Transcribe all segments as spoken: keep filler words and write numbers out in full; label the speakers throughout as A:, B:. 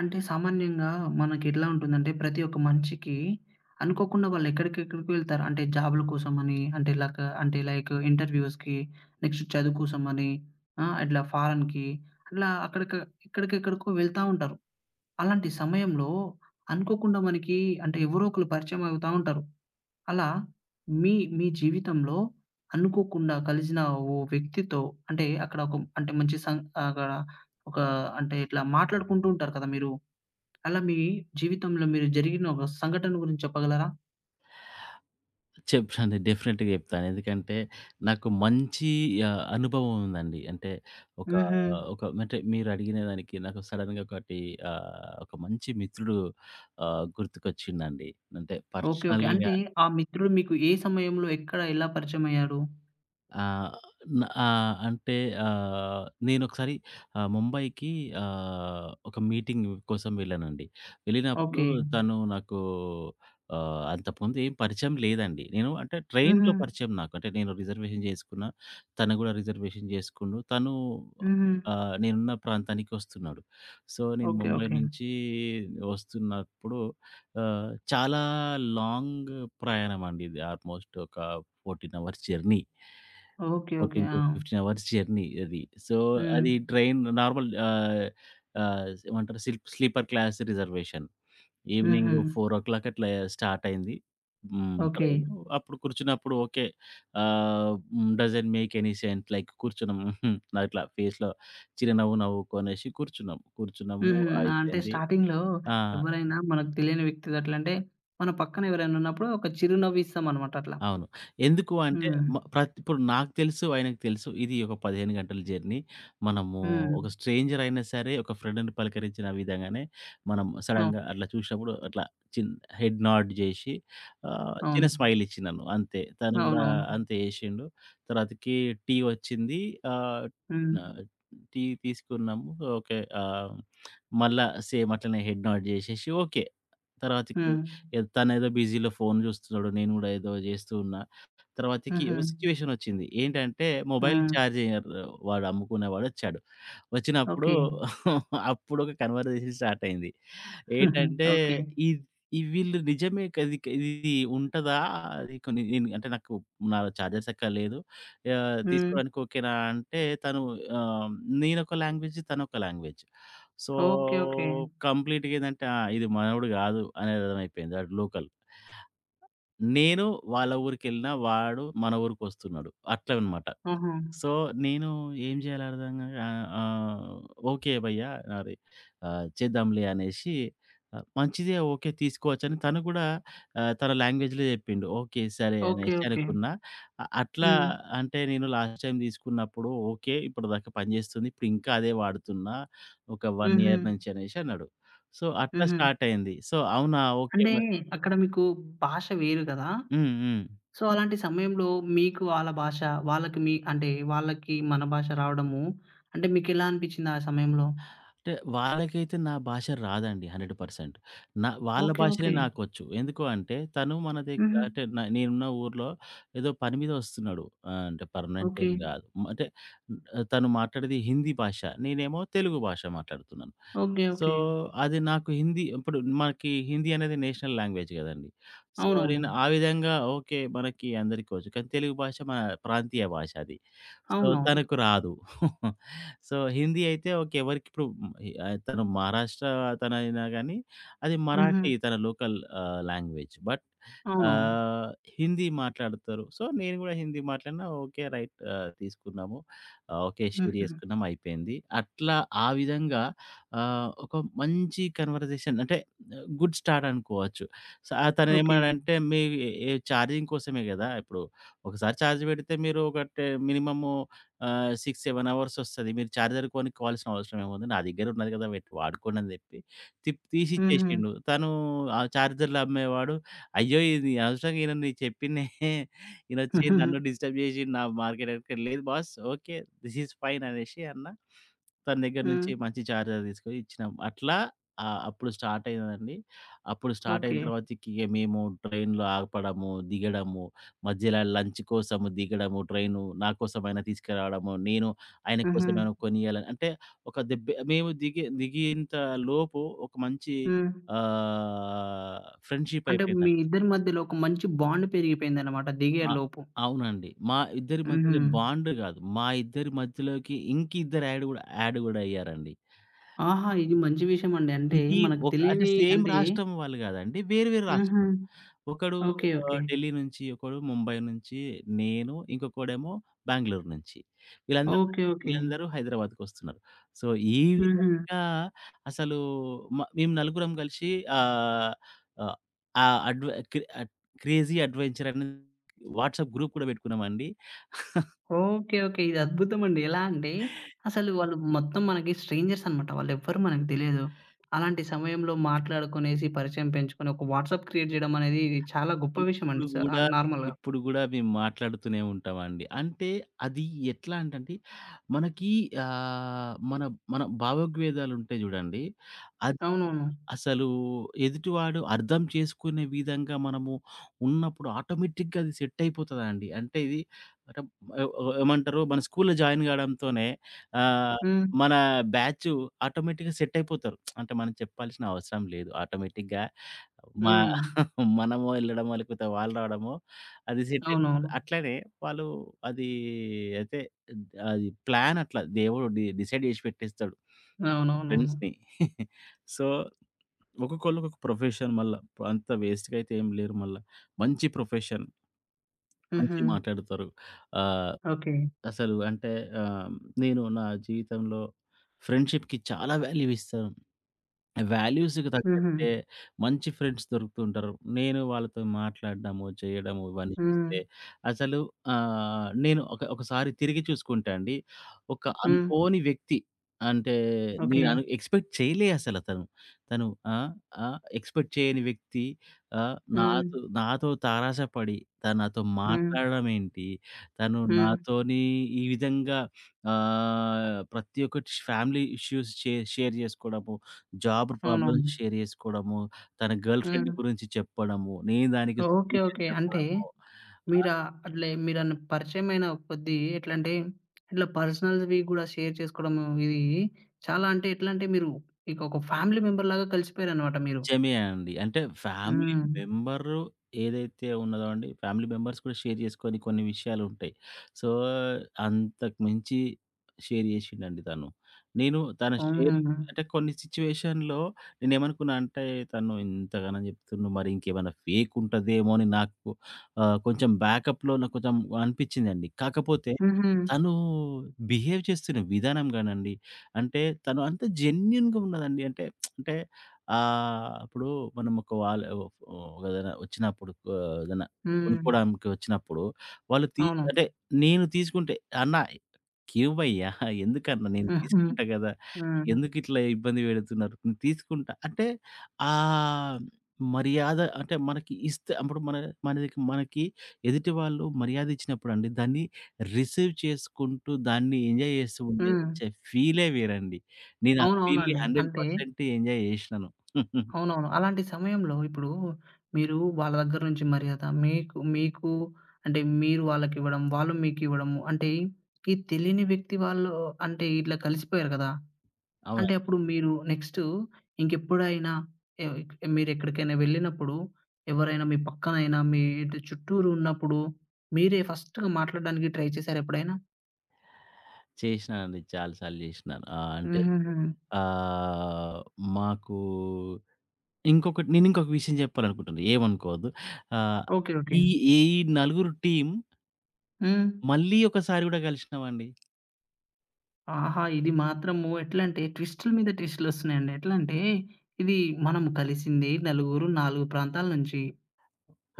A: అంటే సామాన్యంగా మనకెట్లా ఉంటుందంటే, ప్రతి ఒక్క మనిషికి అనుకోకుండా వాళ్ళెక్కడికెక్కడికో వెళ్తారు. అంటే జాబ్‌ల కోసమని, అంటే లక అంటే లైక్ ఇంటర్‌వ్యూస్‌కి, నెక్స్ట్ చదువు కోసమని, ఆ! ఇట్లా ఫారెన్‌కి అట్లా అక్కడిక ఎక్కడికెక్కడికో వెళ్తా ఉంటారు. అలాంటి సమయంలో అనుకోకుండా మనకి అంటే ఎవరో ఒకళ్ళు పరిచయం అవుతా ఉంటారు. అలా మీ, మీ జీవితంలో అనుకోకుండా కలిసిన ఓ వ్యక్తితో అంటే అక్కడ ఒక అంటే మంచి సం అక్కడ ఒక అంటే ఇట్లా మాట్లాడుకుంటూ ఉంటారు కదా! మీరు. అలా మీ జీవితంలో మీరు జరిగిన ఒక సంఘటన గురించి చెప్పగలరా?
B: చెప్తాను. డెఫినెట్‌గా చెప్తాను. ఎందుకంటే నాకు మంచి ఆహ్, అనుభవం ఉందండి. అంటే ఒక
A: హుహు.
B: ఒక అంటే మీరు అడిగిన దానికి నాకు సడెన్‌గా ఒకటి ఆహ్, ఒక మంచి మిత్రుడు ఆహ్, గుర్తుకొచ్చిండండి. అంటే
A: ఓకే. ఓకే.
B: పర్సనల్‌గా
A: అంటే ఆ మిత్రుడు మీకు ఏ సమయంలో, ఎక్కడ, ఎలా పరిచయమయ్యారు?
B: ఆహ్, న ఆహ్, అంటే ఆహ్, నేనొకసారి ఆహ్, ముంబైకి ఆహ్, ఒక మీటింగ్ కోసం వెళ్ళానండి. వెళ్ళినప్పుడు
A: ఓకే.
B: తను నాకు ఆహ్, అంతకుముందు ఏం పరిచయం లేదండి. నేను అంటే
A: హుహు.
B: ట్రైన్‌లో పరిచయం నాకు. అంటే నేను రిజర్వేషన్ చేసుకున్నా. తను గూడా రిజర్వేషన్ చేసుకుండు. తను
A: హుహు.
B: ఆహ్, నేనున్న ప్రాంతానికి వస్తున్నాడు. సో, నేను
A: ఓకే.
B: ముంబై
A: ఓకే.
B: నుంచి వస్తున్నప్పుడు ఆహ్, చాలా లాంగ్ ప్రయాణం అండి ఇది. ఆల్‌మోస్ట్ ఒక పద్నాలుగు అవర్స్ జర్నీ.
A: ఓకే. ఓకే. ఆ!
B: పద్నాలుగు పదిహేను అవర్స్ జర్నీ అది. సో,
A: హ్మ్.
B: అది ట్రైన్ నార్మల్ ఆహ్, ఆహ్, ఏమంటారు సిల్ప్ స్లీపర్ క్లాస్ రిజర్వేషన్. ఈవినింగ్
A: హుహు.
B: నాలుగు అట్లా స్టార్ట్ అయింది. హ్మ్.
A: ఓకే.
B: ట్రైను. అప్పుడు కూర్చున్నప్పుడు okay. Ah, hmm. Doesn't make any sense like కూర్చున్నాం. హుహు. అట్లా ఫేస్‌లో చిరునవ్వు నవ్వుకొనేసి కూర్చున్నాం. కూర్చున్నాము
A: హుహు. అంటే
B: అయిపోయింది.
A: స్టార్టింగ్‌లో
B: ఆ!
A: ఎవరైనా మనకు తెలియని వ్యక్తిది అట్లంటే, మన పక్కన ఎవరైనా ఉన్నప్పుడు ఒక చిరునవ్వు ఇస్తామనమాట అట్లా.
B: అవును. ఎందుకు అంటే
A: హ్మ్.
B: మ ప్రతి ఇప్పుడు నాకు తెలుసు, ఆయనకు తెలుసు. ఇది ఒక పదిహేను గంటల జర్నీ. మనము
A: హ్మ్.
B: ఒక స్ట్రేంజర్ అయినా సరే, ఒక ఫ్రెండ్‌ని పలకరించిన విధంగానే మనం
A: అవును.
B: సడెన్‌గా అట్లా చూసినప్పుడు అట్లా చిన్ హెడ్ నోడ్ జేసి ఆహ్, చిన్న
A: అవును.
B: స్మైల్ ఇచ్చినాను అంతే. తను గూడా
A: అవునవును.
B: అంతే చేసిండు. తర్వాతకి టీ వచ్చింది. ఆహ్,
A: హ్మ్.
B: న టీ తీసుకున్నాము. ఓకే. ఆహ్, మళ్ళా సేమ్ అట్లనే హెడ్ నోడ్ జేసేసి ఓకే. తర్వాతకి
A: హ్మ్.
B: ఎ తనేదో బిజీలో ఫోన్ చూస్తున్నాడు. నేను గూడా ఏదో జేస్తూ ఉన్నా. తర్వాతకి
A: హుహు.
B: ఒక సిట్యుయేషన్ వచ్చింది. ఏంటంటే మొబైల్
A: హ్మ్.
B: చార్జర్ వాడు అమ్ముకునేవాడొచ్చాడు. వచ్చినప్పుడు
A: ఓకే.
B: అప్పుడొక కన్వర్జేషన్ స్టార్ట్ అయింది.
A: హుహు.
B: ఏటంటే
A: ఓకే.
B: ఇద్ ఈ వీళ్ళు నిజమే కది క ఇది ఉంటదా? అది కొన్ని నేను అంటే నాకు నా చార్జర్ సక్కగా లేదు. ఆహ్,
A: హ్మ్.
B: తీసుకోవడానికి ఓకేనా అంటే తను ఆహ్, నేనొక లాంగ్వేజ్ తనొక లాంగ్వేజ్. So,
A: okay. ఓకే.
B: కంప్లీట్‌గా ఏదంటే ఆ! ఇది మనోడు కాదు అనేది అర్థమైపోయింది. ఆడు లోకల్. నేను వాళ్ళ ఊరికెళ్ళినా వాడు మన ఊరికొస్తున్నాడు. అట్లనమాట.
A: ఆహా!
B: సో, నేను ఏం చేయాలో అర్థం గాక ఆహ్, ఆహ్, ఓకే భయ్యా! అది ఆహ్, చేద్దాంలే అనేసి ఆహ్, మంచిదే ఓకే. తీసుకోవచ్చని తను కూడా ఆహ్, తన లాంగ్వేజ్‌లో చెప్పిండు. ఓకే. సరే
A: ఓకే.
B: అనేసి
A: ఓకే.
B: అనుకున్నా. అ అట్లా
A: హ్మ్.
B: అంటే నేను లాస్ట్ టైమ్ తీసుకున్నప్పుడు ఓకే. ఇప్పటిదాకా పనిచేస్తుంది. ఇప్పుడు ఇంకా అదే వాడుతున్నా. ఒక ఒక
A: హుహు.
B: ఇయర్ నుంచి అనేసి అన్నాడు. సో, అట్లా
A: హుహు.
B: స్టార్ట్ అయింది. సో, అవునా! ఓకే.
A: అంటే
B: మరి
A: అక్కడ మీకు భాష వేరు గదా!
B: హ్మ్. హ్మ్.
A: సో, అలాంటి సమయంలో మీకు వాళ్ళ భాష, వాళ్ళకి మీ అంటే వాళ్ళకి మన భాష రావడము అంటే మీకెలా అనిపిచ్చింది ఆ సమయంలో?
B: అంటే వాళ్ళకైతే నా భాష రాదండి నూరు శాతం. నా వాళ్ళ
A: ఓకే.
B: భాషలే
A: ఓకే.
B: నాకొచ్చు. ఎందుకు అంటే తను మన దగ్గర
A: హుహు.
B: అంటే న నేనున్న ఊర్లో ఏదో పని మీద వస్తున్నాడు. ఆహ్, అంటే పర్మనెంట్
A: ఓకే.
B: ఏం కాదు. మ- అంటే న్- తను మాట్లాడేది హిందీ భాష. నేనేమో తెలుగు భాష మాట్లాడుతున్నాను.
A: ఓకే.
B: So,
A: okay.
B: అది నాకు హిందీ ఇప్పుడు మనకి హిందీ అనేది నేషనల్ లాంగ్వేజ్ గదండీ. సో,
A: అవునవును.
B: నేను ఆ విధంగా ఓకే. మనకి అందరికీ వచ్చు. కానీ తెలుగు భాష మన ప్రాంతీయ భాష అది. సో,
A: అవునవును.
B: తనకు రాదు. సో, హిందీ అయితే ఓకే. ఎవరికిప్పుడు ఆహ్, తను మహారాష్ట్ర తనైనా గానీ, అది
A: హుహు.
B: మరాఠీ తన లోకల్ ఆహ్, లాంగ్వేజ్. బట్
A: అవునవును.
B: ఆహ్, హిందీ మాట్లాడతారు. సో, నేను గూడా హిందీ మాట్లాడినా ఓకే. రైట్ ఆహ్, తీసుకున్నాము. ఆహ్, ఓకే. షేర్
A: హుహు.
B: జేసుకున్నాం అయిపోయింది. అట్లా ఆ విధంగా ఆహ్, ఒక మంచి కన్వర్జేషన్ అంటే గుడ్ స్టార్ట్ అనుకోవచ్చు. స
A: ఓకే.
B: తనేమన్నాడంటే మీ ఏ ఛార్జింగ్ కోసమే గదా! ఇప్పుడు ఒకసారి ఛార్జ్ పెడితే మీరు ఒక టె మినిమము ఆహ్, ఆరు, ఏడు అవర్స్ ఒస్తది. మీరు చార్జర్ కొనుక్కోవాల్సిన అవసరం ఏముంది? నా దగ్గర ఉన్నది గదా! పెట్టి వాడుకోండి అని జెప్పి తిప్ తీసి
A: హుహు.
B: ఇచ్చేసిండు. తను ఆ చార్జర్‌లు అమ్మేవాడు అయ్యో! ఇది అనవసరంగా ఈయనని చెప్పిన్నే ఈయనొచ్చి నన్ను డిస్టర్బ్ జేసిండు. నా మార్కెట్ లేదు boss okay. This is fine అనేసి అన్న. తన దగ్గర
A: హ్మ్.
B: నుంచి మంచి చార్జర్ తీసుకొని ఇచ్చినాం. అట్లా ఆహ్, అప్పుడు స్టార్ట్ అయిందండి. అప్పుడు స్టార్ట్ అయిన
A: ఓకే.
B: తర్వాతకి ఇగ మేము ట్రైన్‌లో ఆపడము, దిగడము, మధ్యలో లంచ్ కోసము దిగడము, ట్రైను నా కోసమైనా తీసుకురావడము, నేను ఆయన
A: హుహు.
B: కోసమైనా కొనియాలని అంటే ఒక దెబ్బె మేము దిగే దిగేంత లోపు ఒక మంచి
A: హ్మ్.
B: ఆహ్, ఫ్రెండ్‌షిప్
A: అంటే మీ
B: అయిపోయిందండి.
A: ఇద్దరి మధ్యలో ఒక మంచి బాండ్ పెరిగిపోయిందన్నమాట
B: ఆ!
A: దిగేలోపు.
B: అవునండి. మా ఇద్దరి
A: హుహు.
B: మధ్యలో బాండ్ గాదు. మా ఇద్దరి మధ్యలోకి ఇంకిద్దరు యాడ్ గూడా యాడ్ గూడా అయ్యారండి.
A: ఆహా! ఇది మంచి విషయమండి. అంటే
B: ఇది
A: మనకు
B: ఒక అంటే
A: తెలియని
B: సేమ్
A: అంటే
B: రాష్ట్రం వాళ్ళు గాదండి. వేరు వేరు
A: హుహు.
B: రాష్ట్రం. ఒకడు
A: ఓకే.
B: ఆహ్,
A: ఓకే.
B: ఢిల్లీ నుంచి, ఒకడు ముంబై నుంచి, నేను ఇంకొకడేమో బెంగుళూరు నుంచి. వీళ్ళందరూ
A: ఓకే. ఓకే.
B: వీళ్ళందరూ హైదరాబాద్‌కొస్తున్నారు. సో, ఈ
A: హుహు.
B: విధంగా అసలు మ మేము నలుగురం కలిసి ఆహ్, ఆహ్, ఆ అడ్వ క్రే క్రేజీ అడ్వెంచర్ అని వాట్సాప్ గ్రూప్ కూడా పెట్టుకున్నామండి.
A: ఓకే. ఓకే. ఇది అద్భుతమండి. ఎలా అంటే అసలు వాళ్ళు మొత్తం మనకి స్ట్రేంజర్స్ అనమాట. వాళ్ళెవ్వరూ మనకు తెలియదు. అలాంటి సమయంలో మాట్లాడుకునేసి, పరిచయం పెంచుకొని, ఒక వాట్సాప్ క్రియేట్ జేయడం అనేది ఇది చాలా గొప్ప
B: ఇప్పుడు
A: విషయమండి. స
B: గూడా,
A: ఆహ్, నార్మల్‌గా.
B: ఇప్పుడు గూడా మేము మాట్లాడుతూనే ఉంటామండి. అంటే అది ఎట్లా అంటంటే, మనకి ఆహ్, మన మన భావోద్వేదాలుంటాయి జూడండి. అది
A: అవునవును.
B: అసలు ఎదుటివాడు అర్థం చేసుకునే విధంగా మనము ఉన్నప్పుడు ఆటోమేటిక్‌గా అది సెట్ అయిపోతదండి. అంటే ఇది అంటే ఆహ్, ఏమంటారు మన స్కూల్‌లో జాయిన్ కావడంతోనే ఆహ్,
A: హ్మ్.
B: మన బ్యాచ్ ఆటోమేటిక్‌గా సెట్ అయిపోతారు. అంటే మనం చెప్పాల్సిన అవసరం లేదు. ఆటోమేటిక్‌గా మా
A: హ్మ్.
B: మనము వెళ్ళడమో, లేకపోతే వాళ్ళు రావడమో అది సెట్ అయిపోతది.
A: అవునవును.
B: అట్లనే వాళ్ళు అది అయితే అది ప్లాన్ అట్లా దేవుడు డి డిసైడ్ చేసి పెట్టేస్తాడు
A: అవునవునవును.
B: ఫ్రెండ్స్‌ని. సో, ఒక్కొక్కళ్ళు ఒక్కొక్క ప్రొఫెషన్ మళ్ళా. అంత వేస్ట్‌గా అయితే ఏం లేరు మళ్ళా. మంచి ప్రొఫెషన్,
A: హుహు.
B: మంచిగా మాట్లాడతారు. ఆహ్,
A: ఓకే.
B: అసలు అంటే ఆహ్, నేను నా జీవితంలో ఫ్రెండ్‌షిప్‌కి చాలా వాల్యూ ఇస్తాను. వాల్యూస్‌కి
A: హుహు.
B: తగ్గట్టే మంచి ఫ్రెండ్స్ దొరుకుతూ ఉంటారు. నేను వాళ్ళతో మాట్లాడడము, చేయడము ఇవన్నీ
A: హ్మ్.
B: చూస్తే అసలు ఆహ్, నేను ఒక ఒకసారి తిరిగి చూసుకుంటే అండి, ఒక
A: హ్మ్.
B: అనుకోని వ్యక్తి అంటే
A: ఓకే.
B: నేను అను ఎక్స్‌పెక్ట్ చేయలే అసలతను. తను తను ఆహ్, ఆహ్, ఎక్స్‌పెక్ట్ చేయని వ్యక్తి ఆహ్,
A: హ్మ్.
B: నాతో నాతో తారాసపడి తను నాతో
A: హ్మ్.
B: మాట్లాడడం ఏంటి, తను
A: హ్మ్.
B: నాతోని ఈ విధంగా ఆహ్, ప్రతి ఒక్కటి ఫ్యామిలీ ఇష్యూస్ షే షేర్ చేసుకోవడము, జాబ్
A: అవునవును.
B: ప్రాబ్లమ్స్ షేర్ చేసుకోవడము, తన గర్ల్‌ఫ్రెండ్
A: హ్మ్.
B: గురించి చెప్పడము, నేను దానికి
A: ఓకే.
B: Solution
A: okay. అంటే
B: చెప్పడము.
A: మీరా అట్లే మీరన్న పరిచయమైన కొద్దీ ఎట్లంటే, ఇట్లా పర్సనల్స్‌వి గూడా షేర్ చేసుకోవడము ఇది చాలా అంటే ఎట్లంటే మీరు ఇక ఒక ఫ్యామిలీ మెంబర్‌లాగా కలిసిపోయారనమాట మీరు.
B: నిజమే అండి. అంటే ఫ్యామిలీ
A: హ్మ్.
B: మెంబరు ఏదైతే ఉన్నదో అండి, ఫ్యామిలీ మెంబర్స్ కూడా షేర్ చేసుకొని కొన్ని విషయాలుంటాయి. సో, అంతకు మించి షేర్ చేషిండండి తను. నేను తన షేరింగ్
A: హుహు.
B: అంటే కొన్ని సిచ్యువేషన్‌లో నేనేమనుకున్నా అంటే, తను ఇంతగనం చెప్తుండు మరి ఇంకేమైనా ఫేక్ ఉంటదేమో అని నాకు ఆహ్, కొంచెం బ్యాకప్‌లో నాకు కొంచెం అనిపిచ్చిందండి. కాకపోతే
A: హుహు.
B: తను బిహేవ్ చేస్తున్న విధానం గానండి, అంటే తను అంత జెన్యూన్‌గా ఉన్నదండి. అంటే అంటే ఆహ్, అప్పుడు మనం ఒక వాళ్ళ ఒక ఏదైనా వచ్చినప్పుడు ఆహ్, ఏదైనా
A: హ్మ్.
B: కొనుక్కోవడానికి వచ్చినప్పుడు వాళ్ళు తీ
A: అవును.
B: అంటే నేను తీసుకుంటే "అన్న కివ్వయ్యా ఎందుకన్నా నేను
A: హుహు.
B: తీసుకుంటా కదా!
A: హ్మ్.
B: ఎందుకిట్లా ఇబ్బంది పెడుతున్నారు? నేను తీసుకుంటా" అంటే ఆహ్, మర్యాద అంటే మనకి ఇస్తే అప్పుడు మన మనకి మనకి ఎదుటి వాళ్ళు మర్యాద ఇచ్చినప్పుడండి దాన్ని రిసీవ్ చేసుకుంటూ దాన్ని ఎంజాయ్ చేస్తూ ఉండే
A: హ్మ్.
B: వచ్చే ఫీలే వేరండి. నేను ఆ ఫీల్‌ని
A: అవునవునండి. అంటే
B: నూరు శాతం ఎంజాయ్ చేసినాను.
A: అవునవును. అలాంటి సమయంలో ఇప్పుడు మీరు వాళ్ళ దగ్గర నుంచి మర్యాద మీకు మీకు అంటే మీరు వాళ్ళకివ్వడం, వాళ్ళు మీకివ్వడము అంటే ఈ తెలియని వ్యక్తి వాళ్ళు అంటే ఇట్లా కలిసిపోయారు కదా!
B: అవును.
A: అంటే అప్పుడు మీరు నెక్స్ట్ ఇంకెప్పుడైనా ఎ మీరెక్కడికైనా వెళ్ళినప్పుడు ఎవరైనా మీ పక్కనైనా మీ ఇటు చుట్టూరు ఉన్నప్పుడు మీరే ఫస్ట్‌గా మాట్లాడడానికి ట్రై చేసారా ఎప్పుడైనా?
B: చేసినానండి. చాలా సార్లు చేసినాను. ఆహ్, అంటే
A: హుహుహు.
B: ఆహ్, మాకు ఇంకొకటి నేను ఇంకొక విషయం చెప్పాలనుకుంటున్నా. ఏమనుకోవద్దు. ఆహ్,
A: ఓకే. ఓకే.
B: ఈ ఈ నలుగురు టీమ్
A: హ్మ్.
B: మళ్ళీ ఒకసారి గూడా కలిసినామండి.
A: ఆహా! ఇది మాత్రము ఎట్లంటే ట్విస్టుల మీద ట్విస్టులొస్తున్నాయండి. ఎట్లంటే ఇది మనం కలిసింది నలుగురు, నాలుగు ప్రాంతాల నుంచి.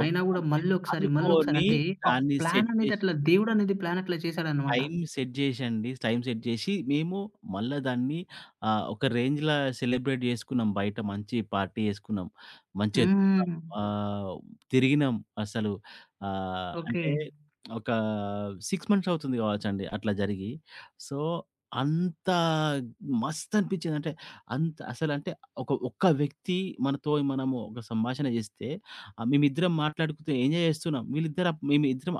B: ఒక
A: అయినా గూడా
B: అంటే
A: మళ్ళొకసారి, మళ్ళొకసారి
B: అనుకోని
A: అంటే ఆ
B: దాన్ని
A: ప్లాన్
B: సెట్
A: అనేది
B: చేసి
A: అట్లా దేవుడనేది ప్లాన్ అట్లా చేశాడనమాట.
B: టైమ్ సెట్ జేశండి. టైమ్ సెట్ జేసి మేము మళ్ళా దాన్ని ఆహ్, ఒక రేంజ్‌లా సెలబ్రేట్ జేసుకున్నాం. బయట మంచి పార్టీ జేసుకున్నాం. మంచిగా తిన్నాం.
A: హ్మ్.
B: ఆహ్, తిరిగినాం అసలు. ఆహ్,
A: ఓకే.
B: అంటే ఒక ఆరు మంత్స్ అవుతుంది గావచ్చండి అట్లా జరిగి. సో, అంత మస్త్ అనిపిచ్చింది. అంటే అంత అసలంటే ఒక ఒక్క వ్యక్తి మనతో మనము ఒక సంభాషణ జేస్తే ఆహ్, మేమిద్దరం మాట్లాడుకుంటూ ఎంజాయ్ జేస్తున్నాం. వీళ్ళిద్దరు మేమిద్దరం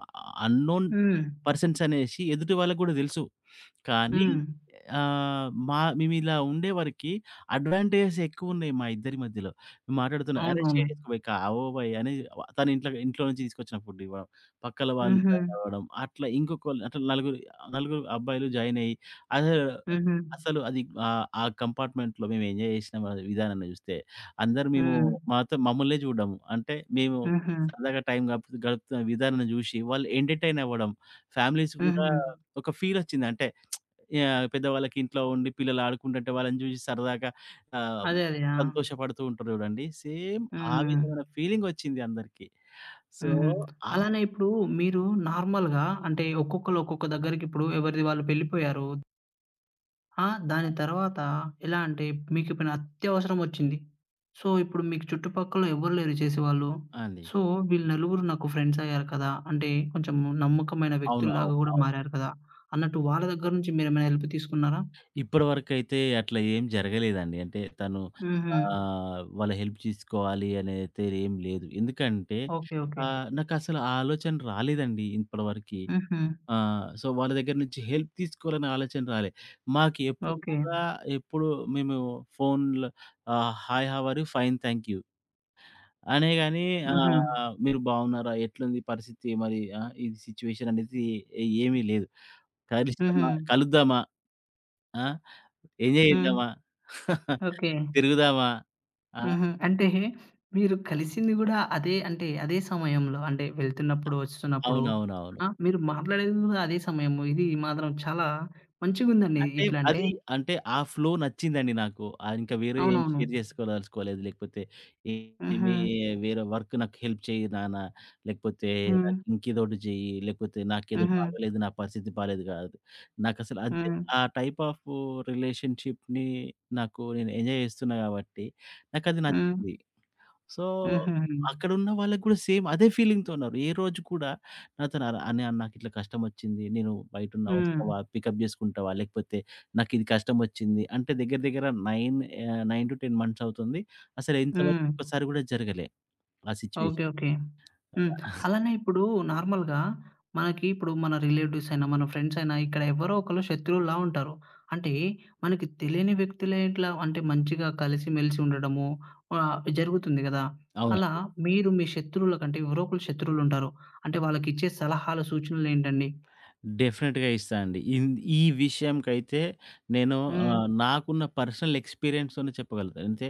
B: అన్నోన్
A: హ్మ్.
B: పర్సన్స్ అనేసి ఎదుటి వాళ్ళకి గూడా దెలుసు. కానీ
A: హ్మ్.
B: ఆహ్, మా మేమిలా ఉండేవరకి అడ్వాంటేజెస్ ఎక్కువున్నాయి మా ఇద్దరి మధ్యలో. మేము మాట్లాడుతున్నా, "అరేయ్!
A: అవునవును.
B: షేర్ చేసుకో కా ఓ భయ్" అని తను ఇంట్లో ఇంట్లో నుంచి తీసుకొచ్చిన ఫుడ్ ఇవ్వడం, పక్కల వాళ్ళు
A: హుహు.
B: జాయిన్ అవ్వడం, అట్లా ఇంకొకళ్ళు అట్లా నలుగురు నలుగురు అబ్బాయిలు జాయిన్ అయ్యి అసలు
A: హుహు.
B: అసలు అది ఆహ్, ఆ కంపార్ట్మెంట్‌లో మేము ఎంజాయ్ చేసిన విధానాన్ని చూస్తే అందరూ మేము
A: హ్మ్.
B: మాతో మమ్మల్నే చూడడము. అంటే మేము
A: హుహు.
B: సరదాగా టైం గడుపు గడుపుతున్న విధానాన్ని చూసి వాళ్ళు ఎంటర్‌టైన్ అవ్వడం, ఫ్యామిలీస్ కూడా
A: హుహు.
B: ఒక ఫీలొచ్చింది. అంటే యాహ్! పెద్దవాళ్ళకి ఇంట్లో ఉండి పిల్లలు ఆడుకుంటుంటే వాళ్ళని చూసి సరదాగా ఆహ్,
A: అదే. అదే. ఆ!
B: సంతోషపడుతూ ఉంటారు చూడండి. సేమ్ ఆ
A: హ్మ్.
B: విధమైన ఫీలింగొచ్చింది అందరికి. సో,
A: హుహు.
B: ఆ
A: అలానే ఇప్పుడు మీరు నార్మల్‌గా అంటే ఒక్కొక్కళ్ళు ఒక్కొక్క దగ్గరికిప్పుడు ఎవరిది వాళ్ళు వెళ్ళిపోయారు. ఆ! దాని తర్వాత ఎలా అంటే మీకిప్పుడేమైనా అత్యవసరమొచ్చింది. సో, ఇప్పుడు మీకు చుట్టుపక్కల ఎవ్వరు లేరు చేసేవాళ్ళు.
B: అండి.
A: సో, వీళ్ళు నలుగురు నాకు ఫ్రెండ్సయ్యారు కదా! అంటే కొంచెం నమ్మకమైన
B: అవును. అవును.
A: వ్యక్తుల్లాగా గూడా
B: అవును.
A: మారారు కదా! అన్నట్టు వాళ్ళ దగ్గర నుంచి మీరేమైనా హెల్ప్ తీసుకున్నారా?
B: ఇప్పటివరకైతే అట్లా ఏం జరగలేదండి. అంటే తను
A: హుహు.
B: ఆహ్, వాళ్ళ హెల్ప్ తీసుకోవాలి అనైతే ఏం లేదు. ఎందుకంటే
A: ఓకే. ఓకే.
B: ఆహ్, నాకసలు ఆ ఆలోచన రాలేదండి ఇప్పటివరకి.
A: హుహు.
B: ఆ! సో, వాళ్ళ దగ్గర నుంచి హెల్ప్ తీసుకోవాలనే ఆలోచన రాలే. మాకు ఎప్పుడు
A: ఓకే.
B: కూడా ఎప్పుడు మేము ఫోన్‌లో ఆహ్, hi how are you? Fine thank you. అనే గాని
A: హుహు.
B: ఆహ్, మీరు బాగున్నారా? ఎట్లుంది పరిస్థితి మరి ఆ! ఇది సిట్యుయేషన్ అనేది ఏమీ లేదు.
A: హుహు.
B: కలుస్తామా? కలుద్దామా? ఆ! ఎంజాయ్
A: హ్మ్.
B: చేద్దామా?
A: ఓకే.
B: తిరుగుదామా? ఆ!
A: హుహు. అంటే మీరు కలిసింది గూడా అదే అంటే అదే సమయంలో అంటే వెళ్తున్నప్పుడు, వస్తున్నప్పుడు
B: అవునవునవును.
A: ఆ! మీరు మాట్లాడేది గూడా అదే సమయము. ఇది మాత్రం చాలా మంచిగుందండి.
B: అంటే
A: ఇట్లా అంటే
B: అది అంటే ఆ ఫ్లో నచ్చిందండి నాకు. ఆహ్, ఇంకా వేరే ఏం
A: అవునవును.
B: షేర్ చేసుకోదలుచుకోలేదు. లేకపోతే
A: హుహు.
B: ఏమి వేరే వర్క్ నాకు హెల్ప్ చెయ్యి నాన్న, లేకపోతే
A: హ్మ్.
B: నాకు ఇంకేదోటి చెయ్యి, లేకపోతే నాకేదో
A: హుహు.
B: బాగోలేదు, నా పరిస్థితి బాలేదు కాదు. నాకసలు అంతే
A: హ్మ్.
B: ఆ టైప్ ఆఫ్ రిలేషన్‌షిప్‌ని నాకు నేను ఎంజాయ్ చేస్తున్నా కాబట్టి నాకది
A: హ్మ్. హ్మ్.
B: నచ్చింది. సో,
A: హుహుహు.
B: అక్కడున్న వాళ్ళకి గూడా సేమ్ అదే ఫీలింగ్‌తో ఉన్నారు. ఏ రోజు కూడా నాతోని అలా "అన్నయ్య నాకిట్లా కష్టమొచ్చింది. నేను బయటున్నా
A: హ్మ్.
B: వస్తావా? పికప్ జేసుకుంటావా? లేకపోతే నాకిది కష్టమొచ్చింది." అంటే దగ్గర దగ్గర తొమ్మిది ఆహ్, తొమ్మిది పది మంత్స్ అవుతుంది. అసలు ఇంతవరకు
A: హ్మ్.
B: ఒక్కసారి గూడా జరగలే ఆ
A: ఓకే.
B: సిట్యుయేషన్.
A: ఓకే. హ్మ్. అలానే ఇప్పుడు నార్మల్‌గా మనకి ఇప్పుడు మన రిలేటివ్స్ అయినా, మన ఫ్రెండ్స్ అయినా ఇక్కడ ఎవరో ఒకళ్ళు శత్రువుల్లా ఉంటారు. అంటే మనకి తెలియని వ్యక్తులే ఇట్లా అంటే మంచిగా కలిసిమెలిసి ఉండడము ఆహ్, జరుగుతుంది గదా! అలా
B: అవునండి.
A: మీరు మీ శత్రువుల కంటే ఎవరో ఒకళ్ళు శత్రువులుంటారు. అంటే వాళ్ళకిచ్చే సలహాలు, సూచనలేంటండి?
B: డెఫినిట్‌గా ఇస్తా అండి. ఇన్ ఈ విషయంకైతే నేను
A: హ్మ్.
B: ఆహ్, నాకున్న పర్సనల్ ఎక్స్‌పీరియన్స్‌తోనే చెప్పగలుగుతా. అంటే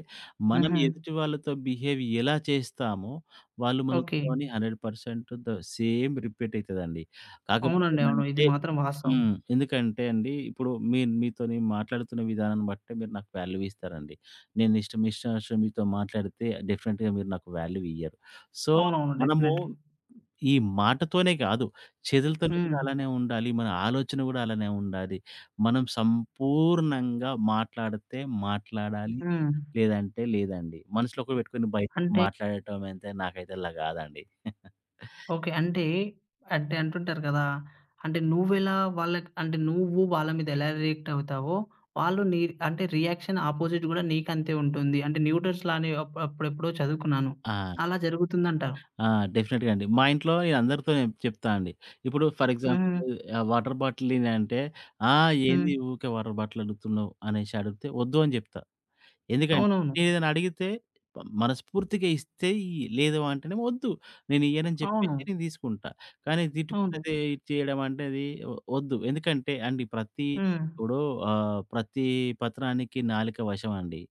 B: మనం
A: హుహు.
B: ఎదుటి వాళ్ళతో బిహేవ్ ఎలా చేస్తామో, వాళ్ళు
A: ఓకే.
B: మనతోని నూరు శాతం ద సేమ్ రిపీట్ అయితదండి. కాకపోతే
A: అవునండి.
B: హ్మ్.
A: అవును. ఇది
B: ఏంటంటే
A: మాత్రం వాస్తవం.
B: హ్మ్. ఎందుకంటే అండి, ఇప్పుడు మీ మీతోని మాట్లాడుతున్న విధానాన్ని బట్టే మీరు నాకు వాల్యూ ఇస్తారండి. నేను ఇష్టం ఇష్టారాష్ట్రం మీతో మాట్లాడితే డెఫినిట్‌గా మీరు నాకు వాల్యూ ఇయ్యరు. సో,
A: అవునవును.
B: మనము
A: డెఫినెట్‌లీ.
B: ఈ మాటతోనే కాదు, చేతులతోని హ్మ్. కూడా
A: హ్మ్.
B: అలానే ఉండాలి. మన ఆలోచన కూడా అలానే ఉండాలి. మనం సంపూర్ణంగా మాట్లాడితే మాట్లాడాలి.
A: హ్మ్.
B: లేదంటే లేదండి. మనసులో కూడా పెట్టుకొని బయటికి
A: అంటే
B: మాట్లాడటం అయితే నాకైతే అలా కాదండి.
A: ఓకే. అంటే, అంటే అంటుంటారు కదా! అంటే నువ్వెలా వాళ్ళకి అంటే నువ్వు వాళ్ళ మీద ఎలా రియాక్ట్ అవుతావో, వాళ్ళు నీ అంటే రియాక్షన్ అపోజిట్ గూడా నీకంతే ఉంటుంది. అంటే న్యూటన్స్ లా అని అప్ అప్పుడెప్పుడో చదువుకున్నాను.
B: ఆ!
A: అలా జరుగుతుందంటారు.
B: ఆ! డెఫినిట్‌గా అండి. మా ఇంట్లో నేను అందరితో నేను చెప్తా అండి. ఇప్పుడు ఫర్
A: హ్మ్.
B: ఎగ్జాంపుల్ ఆహ్, వాటర్ బాటిల్ అంటే, "ఆ!
A: హ్మ్.
B: ఏంది ఊకే వాటర్ బాటిల్ అడుగుతున్నావు" అనేసి అడిగితే, "వద్దు" అని చెప్తా. ఎందుకంటే
A: అవునవును.
B: నేనేదైనా అడిగితే ప మనస్ఫూర్తిగా ఇస్తే ఇయ్యి. లేదు అంటేనేమో వద్దు. నేనియ్యనని చెప్పేసి
A: అవును.
B: నేను తీసుకుంటా. కానీ
A: అవును.
B: తిట్టుకున్నదే ఇచ్చేయడం అంటే అది వ వద్దు. ఎందుకంటే అండి ప్రతి
A: హ్మ్.
B: ఇప్పుడు ఆహ్, ప్రతి పత్రానికి నాలుక వశం అండి.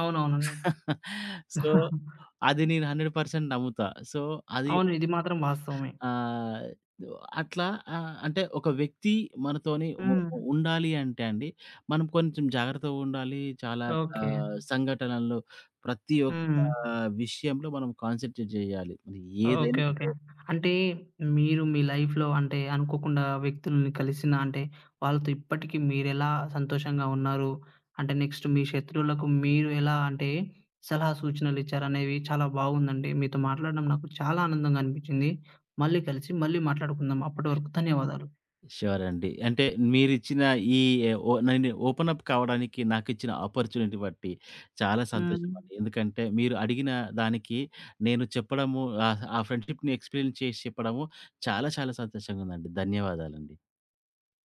A: అవునవునండి.
B: సో, అది నేను నూరు శాతం నమ్ముతా. సో, అది
A: అవును. ఇది మాత్రం వాస్తవమే.
B: ఆహ్, అట్లా ఆహ్, అంటే ఒక వ్యక్తి మనతోని ఉ
A: హ్మ్.
B: ఉ- ఉండాలి అంటే అండి, మనం కొంచెం జాగ్రత్తగా ఉండాలి. చాలా
A: ఓకే.
B: ఆహ్, సంఘటనల్లో ప్రతి ఒక్క
A: హ్మ్.
B: విషయంలో మనం కాన్సంట్రేట్ చేయాలి. మరి ఏదైనా
A: ఓకే. ఓకే.
B: సరే.
A: అంటే మీరు మీ లైఫ్‌లో అంటే అనుకోకుండా వ్యక్తుల్ని కలిసినా అంటే వాళ్ళతో ఇప్పటికి మీరెలా సంతోషంగా ఉన్నారు? అంటే నెక్స్ట్ మీ శత్రువులకు మీరు ఎలా అంటే సలహా సూచనలిచ్చారనేవి చాలా బాగుందండి. మీతో మాట్లాడడం నాకు చాలా ఆనందంగా అనిపించింది. మళ్ళీ కలిసి మళ్ళీ మాట్లాడుకుందాం. అప్పటి వరకు ధన్యవాదాలు.
B: ష్యూర్ అండి. అంటే మీరిచ్చిన ఈ ఏ, ఓ నేను ఓపెన్ అప్ కావడానికి నాకిచ్చిన ఆపర్చునిటీ బట్టి చాలా
A: హ్మ్.
B: సంతోషం అండి. ఎందుకంటే మీరు అడిగిన దానికి నేను చెప్పడము ఆహ్, ఆ ఫ్రెండ్‌షిప్‌ని ఎక్స్‌పీరియన్స్ చేసి చెప్పడము చాలా చాలా సంతోషంగా ఉందండి. ధన్యవాదాలండి.